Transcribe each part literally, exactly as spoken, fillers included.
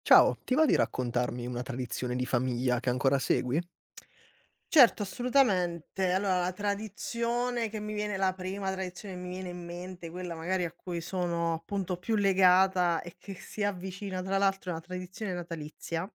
Ciao, ti va di raccontarmi una tradizione di famiglia che ancora segui? Certo, assolutamente. Allora, la tradizione che mi viene la prima tradizione che mi viene in mente, quella magari a cui sono appunto più legata e che si avvicina tra l'altro è una tradizione natalizia,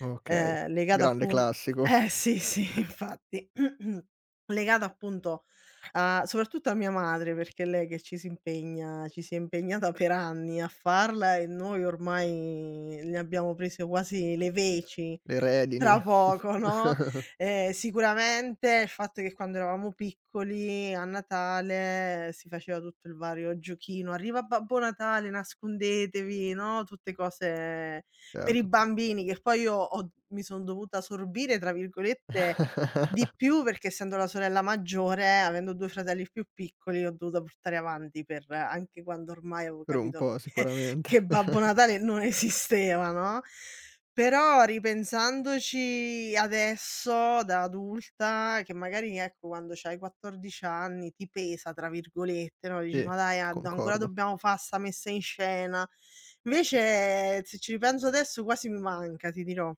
Okay, ehm, legata grande appun classico, eh sì, sì, infatti, legata appunto a soprattutto a mia madre, perché è lei che ci si impegna ci si è impegnata per anni a farla e noi ormai ne abbiamo prese quasi le veci. le redini. Tra poco, no, ehm, sicuramente il fatto che quando eravamo piccoli a Natale si faceva tutto il vario giochino: "Arriva Babbo Natale, nascondetevi", no, tutte cose per i Certo. bambini che poi io ho mi son dovuta "sorbire" tra virgolette di più perché essendo la sorella maggiore, avendo due fratelli più piccoli, ho dovuto portare avanti per anche quando ormai avevo Per un capito po' che sicuramente. che Babbo Natale non esisteva, no? Però ripensandoci adesso da adulta, che magari ecco quando c'hai quattordici anni "ti pesa" tra virgolette, no, dici: Sì, "Ma dai a d ancora concordo. dobbiamo fa' 'sta messa in scena." Invece se ci ripenso adesso quasi mi manca, ti dirò.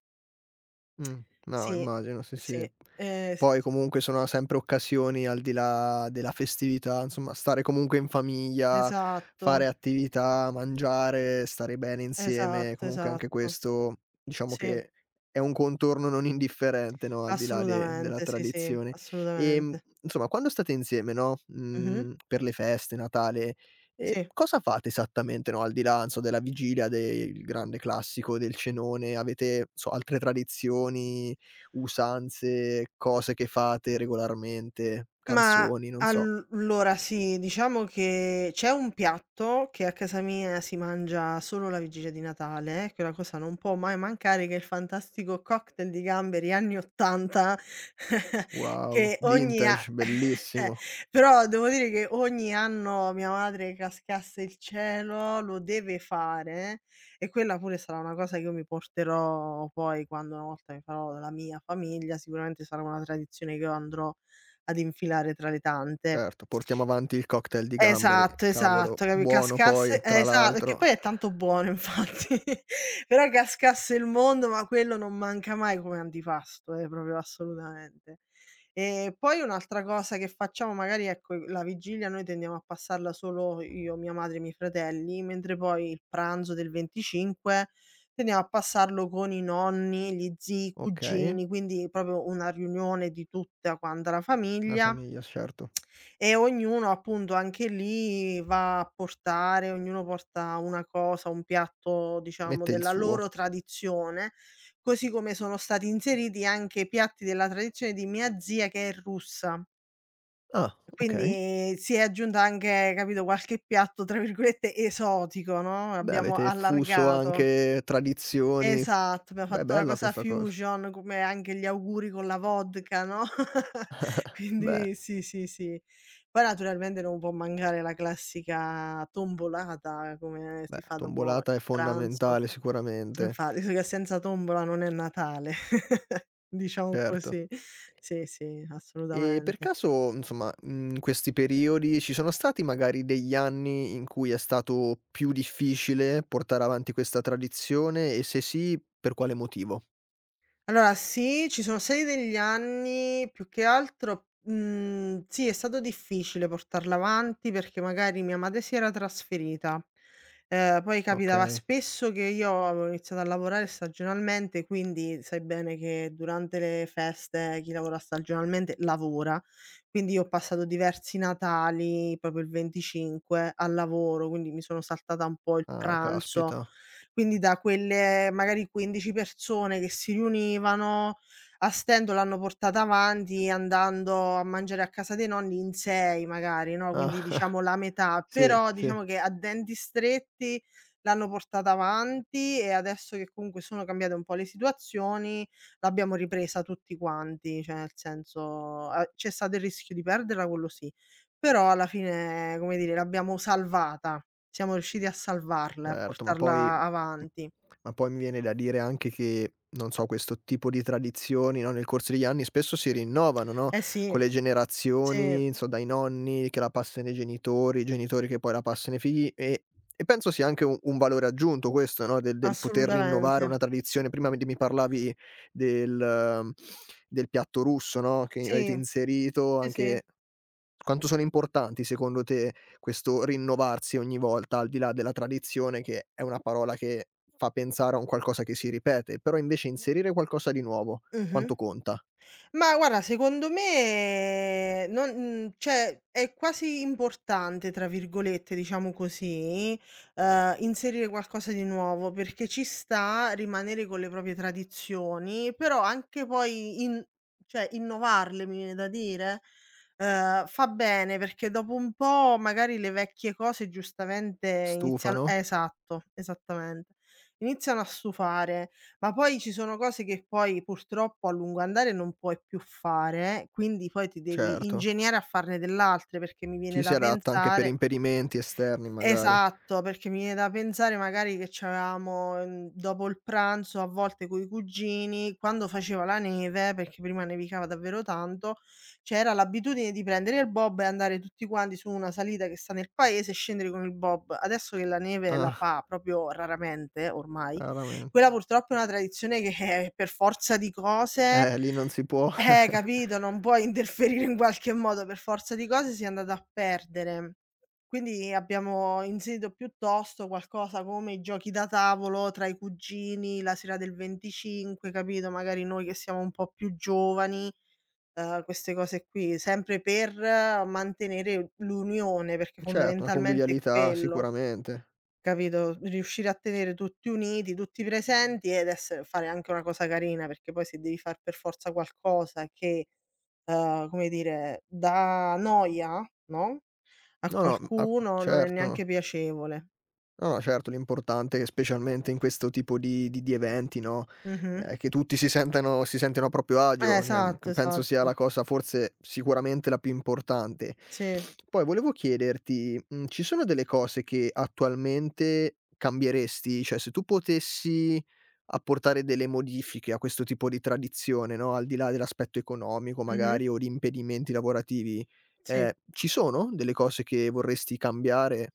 Mh, no Sì, immagino, sì, sì, sì. ehm, s Poi s comunque sono sempre occasioni al di là della festività, insomma stare comunque in famiglia, fare esatto, attività, mangiare, stare bene insieme, esatto, comunque anche esatto. questo diciamo Sì, che è un contorno non indifferente, no, al di là de della assolutamente, sì, sì, tradizione. Ehm, assolutamente. insomma quando state insieme, no, Mh-mh. mhmm, per le feste, Natale, ehm, Sì. cosa fate esattamente, no, al di là, non so, della vigilia, del grande classico del cenone, avete, so, altre tradizioni? Usanze, cose che fate regolarmente, Ma canzoni, non so. al- allora sì, diciamo che c'è un piatto che a casa mia si mangia solo la vigilia di Natale, eh, che è una cosa non può mai mancare, che è il fantastico cocktail di gamberi anni ottanta. Wow, che ogni a vintage, bellissimo. Però devo dire che ogni anno mia madre, cascasse il cielo, lo deve fare e quella pure sarà una cosa che io mi porterò poi quando una volta mi farò la mia famiglia, sicuramente sarà una tradizione che io andrò ad infilare tra le tante. Certo, portiamo avanti il cocktail di gamberi. Esatto, Cavolo, esatto, capi buono cascasse poi, eh, tra esa perché l'altro. poi è tanto buono, infatti, però cascasse il mondo, ma quello non manca mai come antipasto, eh, proprio assolutamente. E poi un'altra cosa che facciamo magari, ecco, la vigilia noi tendiamo a passarla solo io, mia madre e i miei fratelli, mentre poi il pranzo del venticinque tendiamo a passarlo con i nonni, gli zii, i Okay, cugini, quindi proprio una riunione di tutta quanta la la famiglia. famiglia, certo. E ognuno appunto anche lì va a portare ognuno porta una cosa, un piatto diciamo Mette il della suo. loro tradizione, così come sono stati inseriti anche piatti della tradizione di mia zia che è russa. Ah, okay. Quindi si è aggiunta anche, capito, qualche piatto tra virgolette "esotico", no, Beh, abbiamo avete fuso allargato. anche tradizioni. Esatto, abbiamo Beh, fatto una bella cosa questa cosa. fusion, come anche gli auguri con la vodka, no, Beh, quindi sì, sì, sì. Poi naturalmente non può mancare la classica tombolata, come beh, si fa dopo tombolata è il pranzo. fondamentale sicuramente. Infatti, visto che senza tombola non è Natale, diciamo Certo. così. Sì, sì, E per assolutamente. caso, insomma, in questi periodi ci sono stati magari degli anni in cui è stato più difficile portare avanti questa tradizione e se sì, per quale motivo? Allora sì, ci sono stati degli anni più che altro, mhmm, sì, è stato difficile portarla avanti perché magari mia madre si era trasferita, ehm, poi capitava Okay. spesso che io avevo iniziato a lavorare stagionalmente, quindi sai bene che durante le feste chi lavora stagionalmente lavora, quindi io ho passato diversi Natali, proprio il venticinque al lavoro, quindi mi sono saltata un po' il Ah, pranzo. caspita. Quindi da quelle magari quindici persone che si riunivano, a stento l'hanno portata avanti andando a mangiare a casa dei nonni in sei magari, no, quindi Ah, diciamo la metà, sì, però sì. diciamo che a denti stretti l'hanno portata avanti e adesso che comunque sono cambiate un po' le situazioni, l'abbiamo ripresa tutti quanti, cioè nel senso, a c'è stato il rischio di perderla, quello sì, però alla fine, come dire, l'abbiamo salvata. Siamo riusciti a salvarla e a Certo, ma poi portarla mhmm, avanti. ma poi mi viene da dire anche che, non so, questo tipo di tradizioni, no, nel corso degli anni spesso si rinnovano, no, Eh con sì, le sì, generazioni, so dai nonni che la passano ai genitori, i genitori che poi la passano ai figli e e penso sia anche u un valore aggiunto questo, no, del del poter rinnovare assolutamente. una tradizione. Prima mi di mi parlavi del ehm, del piatto russo, no, che avete Sì, inserito sì, sì. anche quanto sono importanti secondo te questo rinnovarsi ogni volta, al di là della tradizione che è una parola che fa pensare a un qualcosa che si ripete, però invece inserire qualcosa di nuovo, Mh-mh. quanto conta? Ma guarda, secondo me eh, non mhmm, cioè è quasi "importante" tra virgolette, diciamo così, ehm, inserire qualcosa di nuovo, perché ci sta rimanere con le proprie tradizioni, però anche poi in cioè innovarle, mi viene da dire, ehm, fa bene perché dopo un po' magari le vecchie cose giustamente iniziano Stufano? eh, esatto, esattamente. Iniziano a stufare. Ma poi ci sono cose che poi purtroppo a lungo andare non puoi più fare, quindi poi ti devi Certo. ingegnare a farne dell'altre, perché mi viene Ci si da adatta anche per pensare. impedimenti esterni magari. Esatto, perché mi viene da pensare magari che c'avevamo, mhmm, dopo il pranzo a volte coi cugini, quando faceva la neve, perché prima nevicava davvero tanto, c'era l'abitudine di prendere il bob e andare tutti quanti su una salita che sta nel paese e scendere con il bob. Adesso che la neve la Ah, fa proprio raramente ormai, veramente. quella purtroppo è una tradizione che per forza di cose Eh, lì non si può. eh, capito, non puoi interferire in qualche modo, per forza di cose si è andata a perdere. Quindi abbiamo inserito piuttosto qualcosa come i giochi da tavolo tra i cugini, la sera del venticinque, capito, magari noi che siamo un po' più giovani, ehm, queste cose qui, sempre per mantenere l'unione, perché Certo, una fondamentalmente è convivialità quello. sicuramente. Capito? Riuscire a tenere tutti uniti, tutti presenti ed essere fare anche una cosa carina, perché poi se devi far per forza qualcosa che, uhm, come dire, dà noia, no, a No, no, mh, a qualcuno non è certo. neanche No. piacevole. No, no, certo, l'importante è che specialmente in questo tipo di di di eventi, no, Mh-mh. ehm, che tutti si sentano si sentano a proprio Eh, agio, cioè, mhmm, c esatto, penso sia esatto. la cosa forse sicuramente la più importante. Sì. Poi volevo chiederti, mhmm, ci sono delle cose che attualmente cambieresti? Cioè, se tu potessi apportare delle modifiche a questo tipo di tradizione, no, al di là dell'aspetto economico Mh-mh. magari o di impedimenti lavorativi, ehm, Sì. ci sono delle cose che vorresti cambiare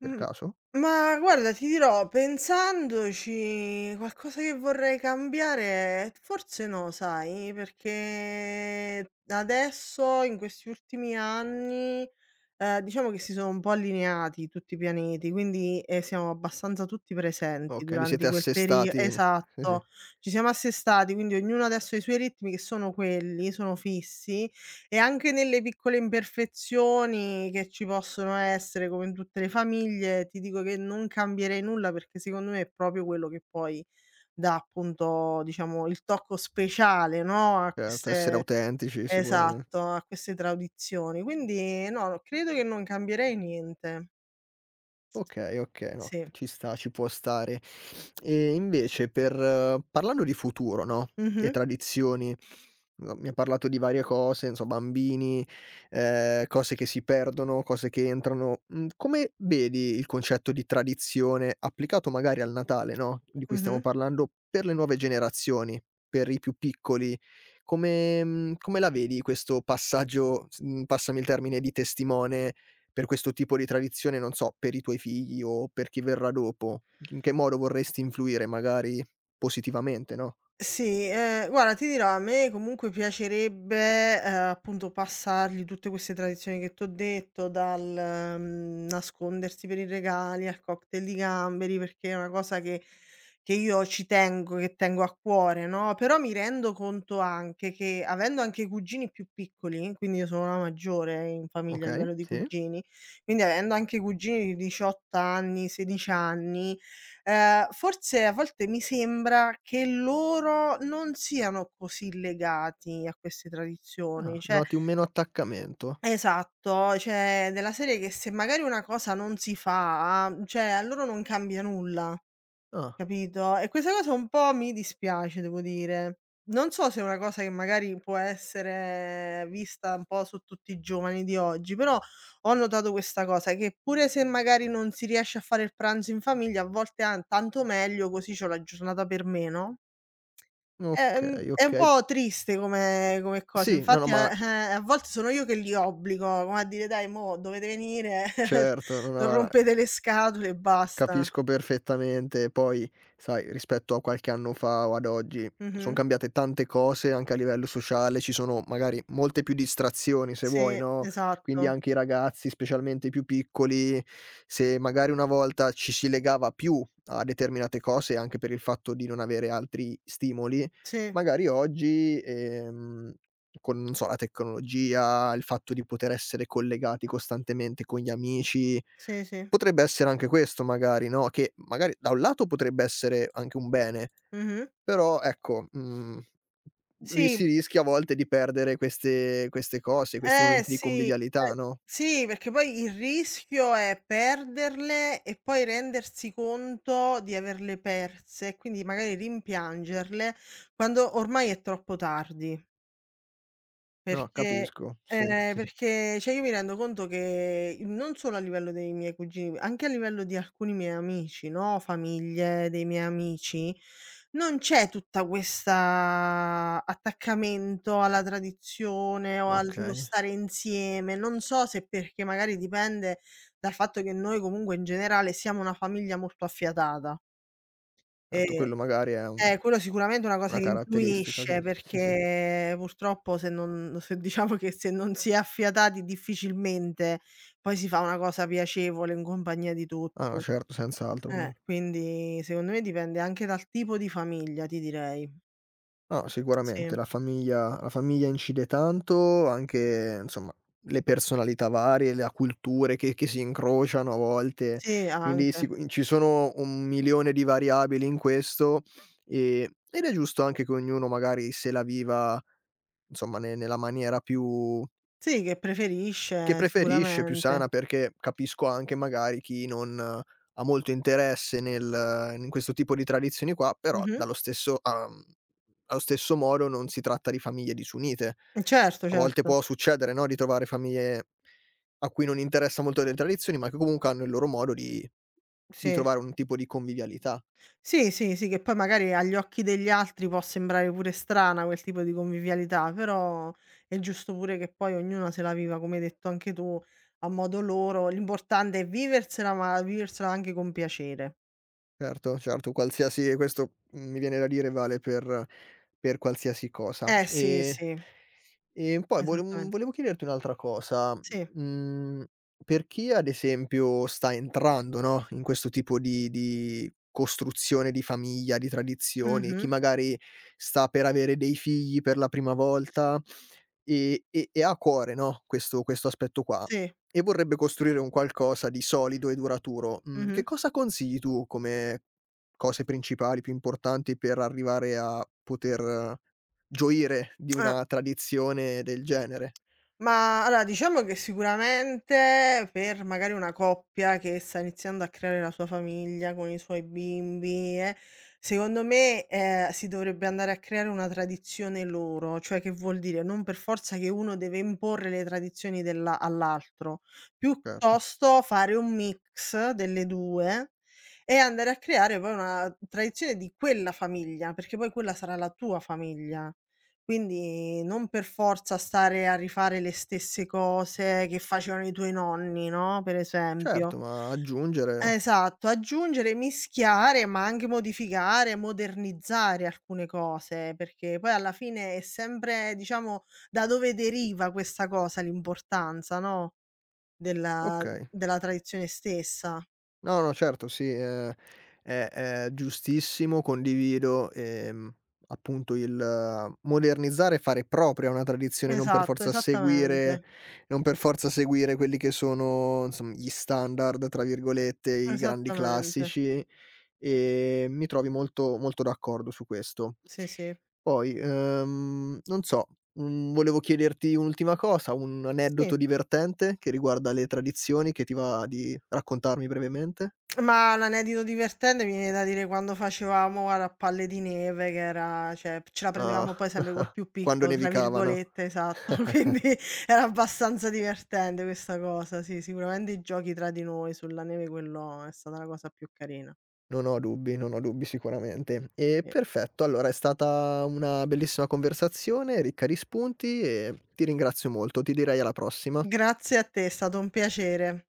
per Mh, caso? ma guarda ti dirò, pensandoci qualcosa che vorrei cambiare, forse no sai, perché adesso in questi ultimi anni, Ehm, diciamo che si sono un po' allineati tutti i pianeti, quindi, ehm, siamo abbastanza tutti presenti Okay, vi siete durante quel perio assestati, sì, sì, esatto, ci siamo assestati, quindi ognuno adesso ha i suoi ritmi che sono quelli, sono fissi e anche nelle piccole imperfezioni che ci possono essere, come in tutte le famiglie, ti dico che non cambierei nulla perché secondo me è proprio quello che poi dà appunto, diciamo, il tocco speciale, no, a certo, essere queste. autentici sicuramen. Esatto, a queste tradizioni. Quindi no, credo che non cambierei niente. Okay, okay, no, Sì. ci sta, ci può stare. E invece per eh, parlando di futuro, no, e Mh-mh, tradizioni, no, mi ha parlato di varie cose, non so, bambini, ehm, cose che si perdono, cose che entrano. Mhmm, come vedi il concetto di tradizione applicato magari al Natale, no, di cui stiamo mh-mh. parlando, per le nuove generazioni, per i più piccoli? Come mhmm, come la vedi questo passaggio, s mhmm, passami il termine, di testimone per questo tipo di tradizione, non so, per i tuoi figli o per chi verrà dopo, in che modo vorresti influire magari positivamente, no, Sì, ehm, guarda ti dirò, a me comunque piacerebbe, ehm, appunto passargli tutte queste tradizioni che t'ho detto, dal, mhmm, nascondersi per i regali al cocktail di gamberi, perché è una cosa che che io ci tengo, che tengo a cuore, no, però mi rendo conto anche che, avendo anche cugini più piccoli, quindi io sono la maggiore in famiglia a okay, livello di sì. cugini, quindi avendo anche cugini di diciotto anni, sedici anni. Ehm, forse a volte mi sembra che loro non siano così legati a queste Ah, tradizioni, cioè noti un meno attaccamento. esatto, cioè della serie che se magari una cosa non si fa, cioè a loro non cambia nulla. Ah, Capito? E questa cosa un po' mi dispiace, devo dire. Non so se è una cosa che magari può essere vista un po' su tutti i giovani di oggi, però ho notato questa cosa, che pure se magari non si riesce a fare il pranzo in famiglia, a volte "Ah, tanto meglio così c'ho la giornata per me", no, ehm, okay, è un okay. po' triste come come cosa. Sì, no, no, Infatti, eh, ma eh, a volte sono io che li obbligo, come a dire: "Dai mo' dovete venire, certo, no, no, non guarda rompete le scatole e basta". capisco perfettamente. Poi, sai, rispetto a qualche anno fa o ad oggi, son Mh-mh. cambiate tante cose anche a livello sociale, ci sono magari molte più distrazioni se vuoi, Sì, no, quindi esatto. anche i ragazzi, specialmente i più piccoli, se magari una volta ci si legava più a determinate cose, anche per il fatto di non avere altri stimoli, Sì, magari oggi, ehm, con non so, la tecnologia, il fatto di poter essere collegati costantemente con gli amici. sì, sì. Potrebbe essere anche questo magari, no, che magari da un lato potrebbe essere anche un bene, Mh-mh. però ecco, mhmm, ri Sì, si rischia a volte di perdere queste queste cose, questi eh momenti di sì, eh convivialità, no. sì, perché poi il rischio è perderle e poi rendersi conto di averle perse e quindi magari rimpiangerle quando ormai è troppo tardi. No, Perché capisco, sì, ehm, sì, sì. perché cioè io mi rendo conto che non solo a livello dei miei cugini, anche a livello di alcuni miei amici, no, famiglie dei miei amici, non c'è tutta questa attaccamento alla tradizione o allo Okay. stare insieme. Non so se perché magari dipende dal fatto che noi comunque in generale siamo una famiglia molto affiatata. Certo, ehm quello magari è un eh, Quello sicuramente è una cosa una che caratteristica influisce, che sì, sì. perché purtroppo se non se diciamo che se non si è affiatati difficilmente poi si fa una cosa piacevole in compagnia di Ah tutti. no, certo, senz'altro Eh, quello. quindi secondo me dipende anche dal tipo di famiglia, ti direi. No, sicuramente Sì, la famiglia la famiglia incide tanto, anche insomma le personalità varie, la culture che che si incrociano a volte, sì quindi anche. sicu ci sono un milione di variabili in questo, ehm, ed è giusto anche che ognuno magari se la viva, insomma, ne nella maniera più Sì, che che preferisce preferisce, più sicuramente. sana, perché capisco anche magari chi non eh, ha molto interesse nel in questo tipo di tradizioni qua, però Mh-mh. dallo stesso a mhmm, allo stesso modo non si tratta di famiglie disunite. Certo, A volte certo. può succedere, no, di trovare famiglie a cui non interessa molto delle tradizioni, ma che comunque hanno il loro modo di di Sì. trovare un tipo di convivialità. Sì, sì, sì, che poi magari agli occhi degli altri può sembrare pure strana quel tipo di convivialità, però è giusto pure che poi ognuna se la viva, come hai detto anche tu, a modo loro. L'importante è viversela, ma viversela anche con piacere. Certo, certo, qualsiasi questo, mhmm, mi viene da dire vale per per qualsiasi cosa. Eh sì, E sì, E poi vole mhmm, esattamente. volevo chiederti un'altra cosa, Sì, mhmm, per chi ad esempio sta entrando, no, in questo tipo di di costruzione di famiglia, di tradizioni, chi mh-mh, magari sta per avere dei figli per la prima volta e e e ha a cuore, no, questo questo aspetto qua, sì, e vorrebbe costruire un qualcosa di solido e duraturo, mhmm, che mh-mh. cosa consigli tu come cose principali, più importanti per arrivare a poter gioire di Ah. una tradizione del genere. Ma allora, diciamo che sicuramente per magari una coppia che sta iniziando a creare la sua famiglia con i suoi bimbi, eh, secondo me, ehm, si dovrebbe andare a creare una tradizione loro, cioè che vuol dire non per forza che uno deve imporre le tradizioni dell'a all'altro, Certo, piuttosto fare un mix delle due e andare a creare poi una tradizione di quella famiglia, perché poi quella sarà la tua famiglia. Quindi non per forza stare a rifare le stesse cose che facevano i tuoi nonni, no, per certo, esempio. ma aggiungere Esatto, aggiungere, mischiare, ma anche modificare, modernizzare alcune cose, perché poi alla fine è sempre, diciamo, da dove deriva questa cosa, l'importanza, no, della okay. della tradizione stessa. No, no, certo, sì, ehm, è è giustissimo, condivido, ehm, appunto il modernizzare e fare propria una tradizione, non per Esatto, forza seguire esattamente. non per forza seguire quelli che sono, insom "gli standard", tra virgolette, i grandi Esattamente. classici. Ehm, mi trovi molto molto d'accordo su questo. Sì, sì. Poi, ehm, non so, mhmm, volevo chiederti un'ultima cosa, un Sì. aneddoto divertente che riguarda le tradizioni che ti va di raccontarmi brevemente? Ma l'aneddoto divertente mi viene da dire quando facevamo, guarda, a palle di neve che era cioè, ce la Ah, prendevamo poi sempre col più quando piccolo, tra nevicavano, virgolette, esatto, quindi era abbastanza divertente questa cosa, sì, sicuramente i giochi tra di noi sulla neve, quello è stata la cosa più carina, non ho dubbi, non ho dubbi sicuramente. E sì. perfetto, allora è stata una bellissima conversazione, ricca di spunti e ti ringrazio molto. Ti direi alla prossima. Grazie a te, è stato un piacere.